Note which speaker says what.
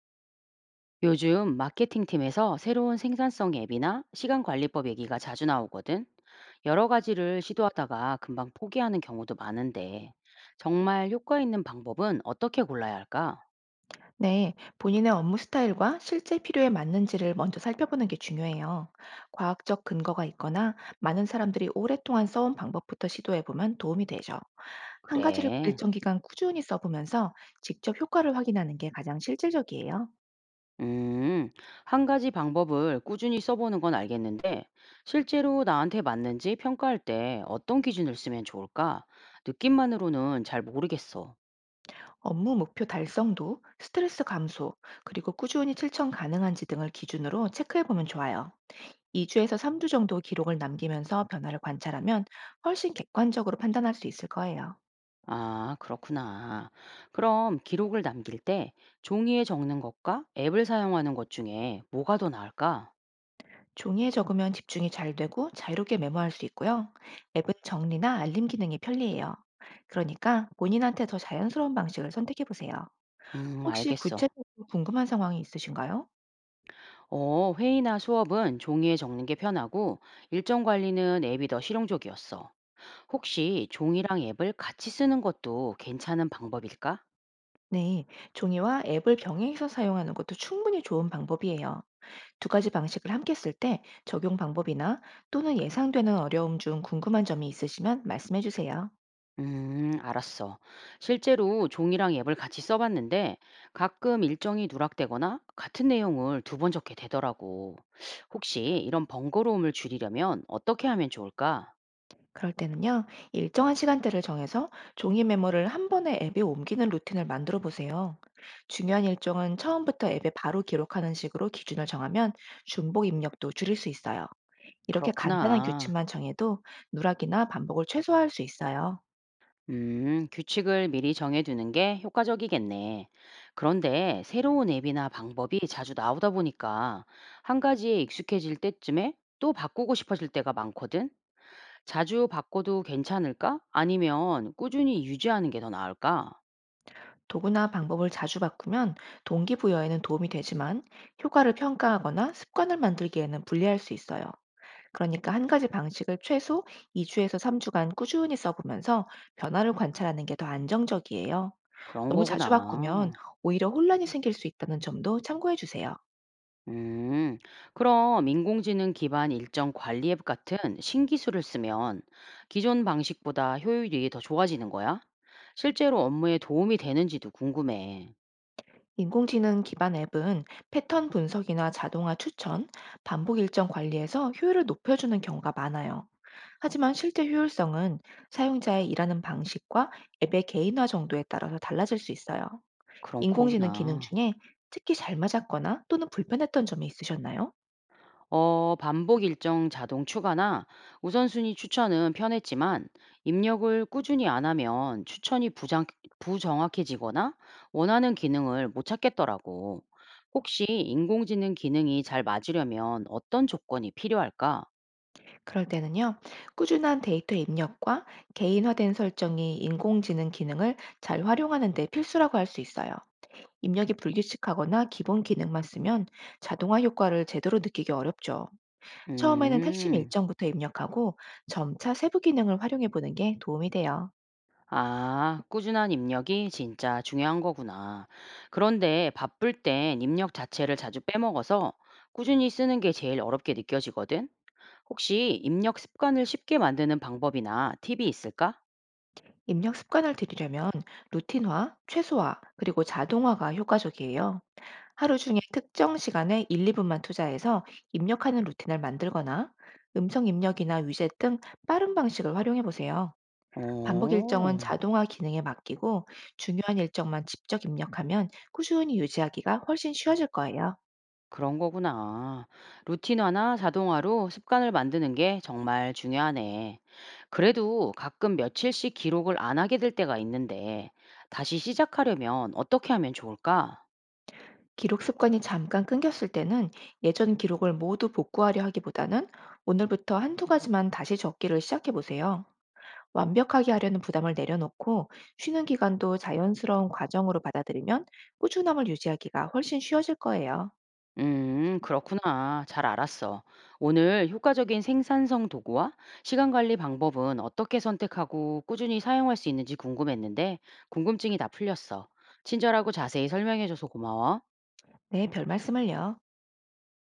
Speaker 1: 요즘 마케팅팀에서 새로운 생산성 앱이나 시간 관리법 얘기가 자주 나오거든. 여러 가지를 시도하다가 금방 포기하는 경우도 많은데, 정말 효과 있는 방법은 어떻게 골라야 할까?
Speaker 2: 네, 본인의 업무 스타일과 실제 필요에 맞는지를 먼저 살펴보는 게 중요해요. 과학적 근거가 있거나 많은 사람들이 오랫동안 써온 방법부터 시도해보면 도움이 되죠. 한 가지를
Speaker 1: 그래.
Speaker 2: 일정 기간 꾸준히 써보면서 직접 효과를 확인하는 게 가장 실질적이에요.
Speaker 1: 음, 한 가지 방법을 꾸준히 써보는 건 알겠는데, 실제로 나한테 맞는지 평가할 때 어떤 기준을 쓰면 좋을까? 느낌만으로는 잘 모르겠어.
Speaker 2: 업무 목표 달성도, 스트레스 감소, 그리고 꾸준히 실천 가능한지 등을 기준으로 체크해보면 좋아요. 2주에서 3주 정도 기록을 남기면서 변화를 관찰하면 훨씬 객관적으로 판단할 수 있을 거예요.
Speaker 1: 아, 그렇구나. 그럼 기록을 남길 때 종이에 적는 것과 앱을 사용하는 것 중에 뭐가 더 나을까?
Speaker 2: 종이에 적으면 집중이 잘 되고 자유롭게 메모할 수 있고요. 앱은 정리나 알림 기능이 편리해요. 그러니까 본인한테 더 자연스러운 방식을 선택해 보세요. 혹시
Speaker 1: 알겠어.
Speaker 2: 구체적으로 궁금한 상황이 있으신가요?
Speaker 1: 어, 회의나 수업은 종이에 적는 게 편하고 일정 관리는 앱이 더 실용적이었어. 혹시 종이랑 앱을 같이 쓰는 것도 괜찮은 방법일까?
Speaker 2: 네, 종이와 앱을 병행해서 사용하는 것도 충분히 좋은 방법이에요. 두 가지 방식을 함께 쓸 때 적용 방법이나 또는 예상되는 어려움 중 궁금한 점이 있으시면 말씀해 주세요.
Speaker 1: 알았어. 실제로 종이랑 앱을 같이 써봤는데 가끔 일정이 누락되거나 같은 내용을 두 번 적게 되더라고. 혹시 이런 번거로움을 줄이려면 어떻게 하면 좋을까?
Speaker 2: 그럴 때는요, 일정한 시간대를 정해서 종이 메모를 한 번에 앱에 옮기는 루틴을 만들어 보세요. 중요한 일정은 처음부터 앱에 바로 기록하는 식으로 기준을 정하면 중복 입력도 줄일 수 있어요. 이렇게 간단한
Speaker 1: 그렇구나.
Speaker 2: 규칙만 정해도 누락이나 반복을 최소화할 수 있어요.
Speaker 1: 규칙을 미리 정해두는 게 효과적이겠네. 그런데 새로운 앱이나 방법이 자주 나오다 보니까 한 가지에 익숙해질 때쯤에 또 바꾸고 싶어질 때가 많거든? 자주 바꿔도 괜찮을까? 아니면 꾸준히 유지하는 게 더 나을까?
Speaker 2: 도구나 방법을 자주 바꾸면 동기부여에는 도움이 되지만 효과를 평가하거나 습관을 만들기에는 불리할 수 있어요. 그러니까 한 가지 방식을 최소 2주에서 3주간 꾸준히 써보면서 변화를 관찰하는 게 더 안정적이에요.
Speaker 1: 그런
Speaker 2: 너무 자주 바꾸면
Speaker 1: 거구나.
Speaker 2: 오히려 혼란이 생길 수 있다는 점도 참고해 주세요.
Speaker 1: 음, 그럼 인공지능 기반 일정 관리 앱 같은 신기술을 쓰면 기존 방식보다 효율이 더 좋아지는 거야? 실제로 업무에 도움이 되는지도 궁금해.
Speaker 2: 인공지능 기반 앱은 패턴 분석이나 자동화 추천, 반복 일정 관리에서 효율을 높여주는 경우가 많아요. 하지만 실제 효율성은 사용자의 일하는 방식과 앱의 개인화 정도에 따라서 달라질 수 있어요.
Speaker 1: 그런
Speaker 2: 인공지능 기능
Speaker 1: 거구나.
Speaker 2: 중에 특히 잘 맞았거나 또는 불편했던 점이 있으셨나요?
Speaker 1: 어, 반복 일정 자동 추가나 우선순위 추천은 편했지만 입력을 꾸준히 안 하면 부정확해지거나 원하는 기능을 못 찾겠더라고. 혹시 인공지능 기능이 잘 맞으려면 어떤 조건이 필요할까?
Speaker 2: 그럴 때는요, 꾸준한 데이터 입력과 개인화된 설정이 인공지능 기능을 잘 활용하는 데 필수라고 할 수 있어요. 입력이 불규칙하거나 기본 기능만 쓰면 자동화 효과를 제대로 느끼기 어렵죠. 처음에는 핵심
Speaker 1: 음,
Speaker 2: 일정부터 입력하고 점차 세부 기능을 활용해 보는 게 도움이 돼요.
Speaker 1: 아, 꾸준한 입력이 진짜 중요한 거구나. 그런데 바쁠 땐 입력 자체를 자주 빼먹어서 꾸준히 쓰는 게 제일 어렵게 느껴지거든? 혹시 입력 습관을 쉽게 만드는 방법이나 팁이 있을까?
Speaker 2: 입력 습관을 들이려면 루틴화, 최소화, 그리고 자동화가 효과적이에요. 하루 중에 특정 시간에 1, 2분만 투자해서 입력하는 루틴을 만들거나 음성 입력이나 위젯 등 빠른 방식을 활용해 보세요. 반복 일정은
Speaker 1: 어,
Speaker 2: 자동화 기능에 맡기고 중요한 일정만 직접 입력하면 꾸준히 유지하기가 훨씬 쉬워질 거예요.
Speaker 1: 그런 거구나. 루틴화나 자동화로 습관을 만드는 게 정말 중요하네. 그래도 가끔 며칠씩 기록을 안 하게 될 때가 있는데, 다시 시작하려면 어떻게 하면 좋을까?
Speaker 2: 기록 습관이 잠깐 끊겼을 때는 예전 기록을 모두 복구하려 하기보다는 오늘부터 한두 가지만 다시 적기를 시작해 보세요. 완벽하게 하려는 부담을 내려놓고 쉬는 기간도 자연스러운 과정으로 받아들이면 꾸준함을 유지하기가 훨씬 쉬워질 거예요.
Speaker 1: 그렇구나. 잘 알았어. 오늘 효과적인 생산성 도구와 시간 관리 방법은 어떻게 선택하고 꾸준히 사용할 수 있는지 궁금했는데, 궁금증이 다 풀렸어. 친절하고 자세히 설명해줘서 고마워.
Speaker 2: 네, 별 말씀을요.